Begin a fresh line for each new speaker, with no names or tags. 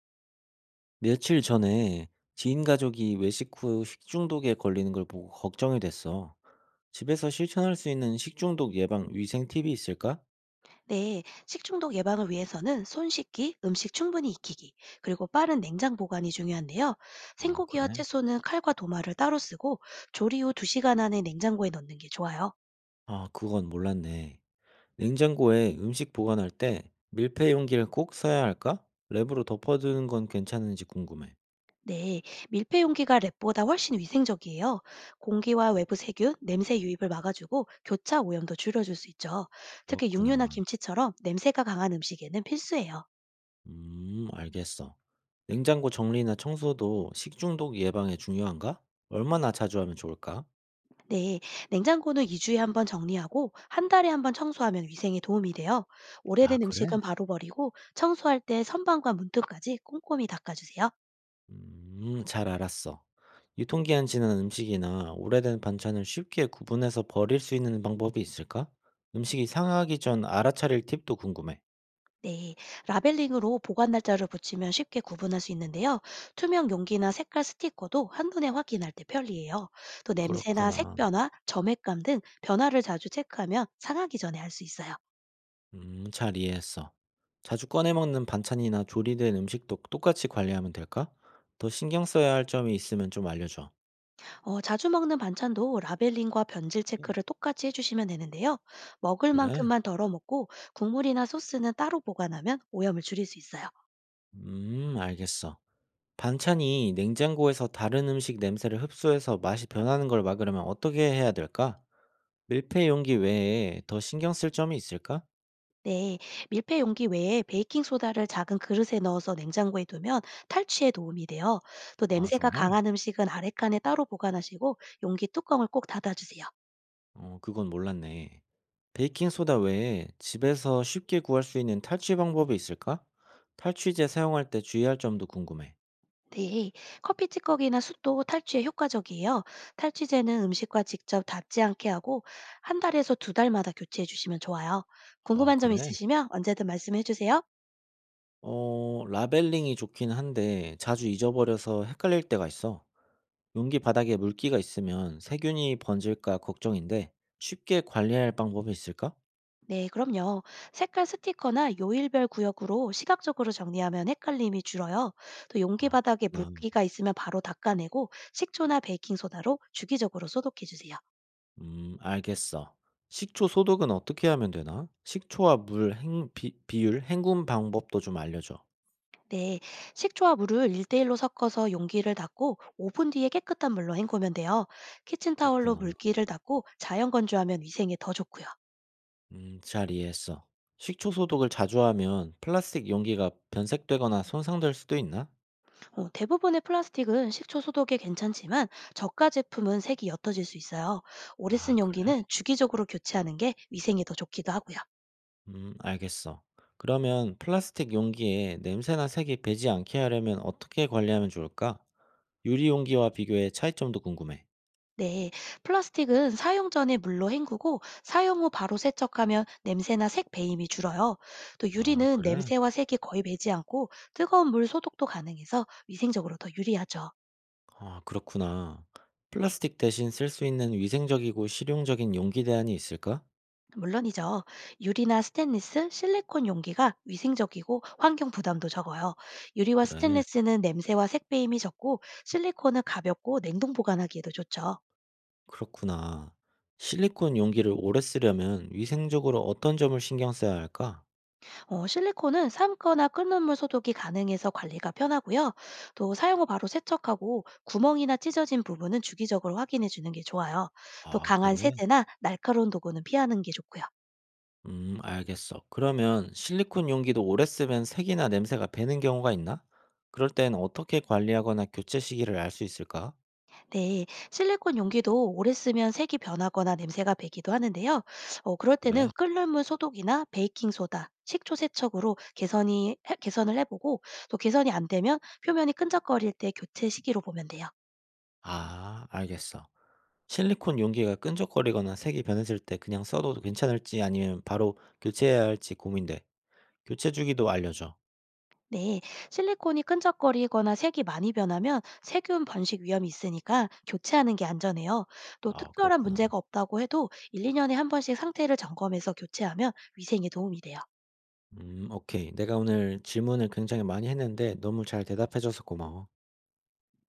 며칠 전에 지인 가족이 외식 후 식중독에 걸리는 걸 보고 걱정이 됐어. 집에서 실천할 수 있는 식중독 예방 위생 팁이 있을까?
네, 식중독 예방을 위해서는 손 씻기, 음식 충분히 익히기, 그리고 빠른 냉장 보관이 중요한데요.
아,
생고기와
그래?
채소는 칼과 도마를 따로 쓰고 조리 후 2시간 안에 냉장고에 넣는 게 좋아요.
아, 그건 몰랐네. 냉장고에 음식 보관할 때 밀폐 용기를 꼭 써야 할까? 랩으로 덮어두는 건 괜찮은지 궁금해.
네, 밀폐 용기가 랩보다 훨씬 위생적이에요. 공기와 외부 세균, 냄새 유입을 막아주고 교차 오염도 줄여줄 수 있죠. 특히 육류나
그렇구나.
김치처럼 냄새가 강한 음식에는 필수예요.
알겠어. 냉장고 정리나 청소도 식중독 예방에 중요한가? 얼마나 자주 하면 좋을까?
네, 냉장고는 2주에 한번 정리하고 한 달에 한번 청소하면 위생에 도움이 돼요.
아,
오래된
그래?
음식은 바로 버리고 청소할 때 선반과 문틈까지 꼼꼼히 닦아주세요.
잘 알았어. 유통기한 지난 음식이나 오래된 반찬을 쉽게 구분해서 버릴 수 있는 방법이 있을까? 음식이 상하기 전 알아차릴 팁도 궁금해.
네, 라벨링으로 보관 날짜를 붙이면 쉽게 구분할 수 있는데요. 투명 용기나 색깔 스티커도 한눈에 확인할 때 편리해요. 또 냄새나 색
그렇구나.
변화, 점액감 등 변화를 자주 체크하면 상하기 전에 알 수 있어요.
잘 이해했어. 자주 꺼내 먹는 반찬이나 조리된 음식도 똑같이 관리하면 될까? 더 신경 써야 할 점이 있으면 좀 알려줘.
자주 먹는 반찬도 라벨링과 변질
음.
체크를 똑같이 해주시면 되는데요. 먹을
그래?
만큼만 덜어 먹고 국물이나 소스는 따로 보관하면 오염을 줄일 수 있어요.
알겠어. 반찬이 냉장고에서 다른 음식 냄새를 흡수해서 맛이 변하는 걸 막으려면 어떻게 해야 될까? 밀폐 용기 외에 더 신경 쓸 점이 있을까?
네, 밀폐 용기 외에 베이킹 소다를 작은 그릇에 넣어서 냉장고에 두면 탈취에 도움이 돼요. 또
아,
냄새가
정말?
강한 음식은 아래 칸에 따로 보관하시고 용기 뚜껑을 꼭 닫아주세요.
그건 몰랐네. 베이킹 소다 외에 집에서 쉽게 구할 수 있는 탈취 방법이 있을까? 탈취제 사용할 때 주의할 점도 궁금해.
네, 커피 찌꺼기나 숯도 탈취에 효과적이에요. 탈취제는 음식과 직접 닿지 않게 하고 한 달에서 두 달마다 교체해 주시면 좋아요.
아,
궁금한 점
그래?
있으시면 언제든 말씀해 주세요.
라벨링이 좋긴 한데 자주 잊어버려서 헷갈릴 때가 있어. 용기 바닥에 물기가 있으면 세균이 번질까 걱정인데 쉽게 관리할 방법이 있을까?
네, 그럼요. 색깔 스티커나 요일별 구역으로 시각적으로 정리하면 헷갈림이 줄어요. 또 용기
아,
바닥에
그렇구나.
물기가 있으면 바로 닦아내고 식초나 베이킹소다로 주기적으로 소독해 주세요.
알겠어. 식초 소독은 어떻게 하면 되나? 식초와 물 비율, 헹군 방법도 좀 알려줘.
네, 식초와 물을 1대1로 섞어서 용기를 닦고 5분 뒤에 깨끗한 물로 헹구면 돼요. 키친타올로
그렇구나.
물기를 닦고 자연 건조하면 위생에 더 좋고요.
잘 이해했어. 식초 소독을 자주 하면 플라스틱 용기가 변색되거나 손상될 수도 있나?
대부분의 플라스틱은 식초 소독에 괜찮지만 저가 제품은 색이 옅어질 수 있어요. 오래
아,
쓴
그래?
용기는 주기적으로 교체하는 게 위생에 더 좋기도 하고요.
알겠어. 그러면 플라스틱 용기에 냄새나 색이 배지 않게 하려면 어떻게 관리하면 좋을까? 유리 용기와 비교해 차이점도 궁금해.
네, 플라스틱은 사용 전에 물로 헹구고 사용 후 바로 세척하면 냄새나 색 배임이 줄어요. 또
아,
유리는
그래?
냄새와 색이 거의 배지 않고 뜨거운 물 소독도 가능해서 위생적으로 더 유리하죠.
아, 그렇구나. 플라스틱 대신 쓸 수 있는 위생적이고 실용적인 용기 대안이 있을까?
물론이죠. 유리나 스테인리스, 실리콘 용기가 위생적이고 환경 부담도 적어요. 유리와
그래,
스테인리스는 냄새와 색 배임이 적고 실리콘은 가볍고 냉동 보관하기에도 좋죠.
그렇구나. 실리콘 용기를 오래 쓰려면 위생적으로 어떤 점을 신경 써야 할까?
실리콘은 삶거나 끓는 물 소독이 가능해서 관리가 편하고요. 또 사용 후 바로 세척하고 구멍이나 찢어진 부분은 주기적으로 확인해 주는 게 좋아요. 또
아,
강한
그래?
세제나 날카로운 도구는 피하는 게 좋고요.
알겠어. 그러면 실리콘 용기도 오래 쓰면 색이나 냄새가 배는 경우가 있나? 그럴 땐 어떻게 관리하거나 교체 시기를 알 수 있을까?
네, 실리콘 용기도 오래 쓰면 색이 변하거나 냄새가 배기도 하는데요. 그럴 때는
그래?
끓는 물 소독이나 베이킹 소다 식초 세척으로 개선을 해보고 또 개선이 안 되면 표면이 끈적거릴 때 교체 시기로 보면 돼요.
아, 알겠어. 실리콘 용기가 끈적거리거나 색이 변했을 때 그냥 써도 괜찮을지 아니면 바로 교체해야 할지 고민돼. 교체 주기도 알려줘.
네, 실리콘이 끈적거리거나 색이 많이 변하면 세균 번식 위험이 있으니까 교체하는 게 안전해요. 또
아,
특별한
그렇구나.
문제가 없다고 해도 1, 2년에 한 번씩 상태를 점검해서 교체하면 위생에 도움이 돼요.
오케이. 내가 오늘 질문을 굉장히 많이 했는데 너무 잘 대답해줘서 고마워.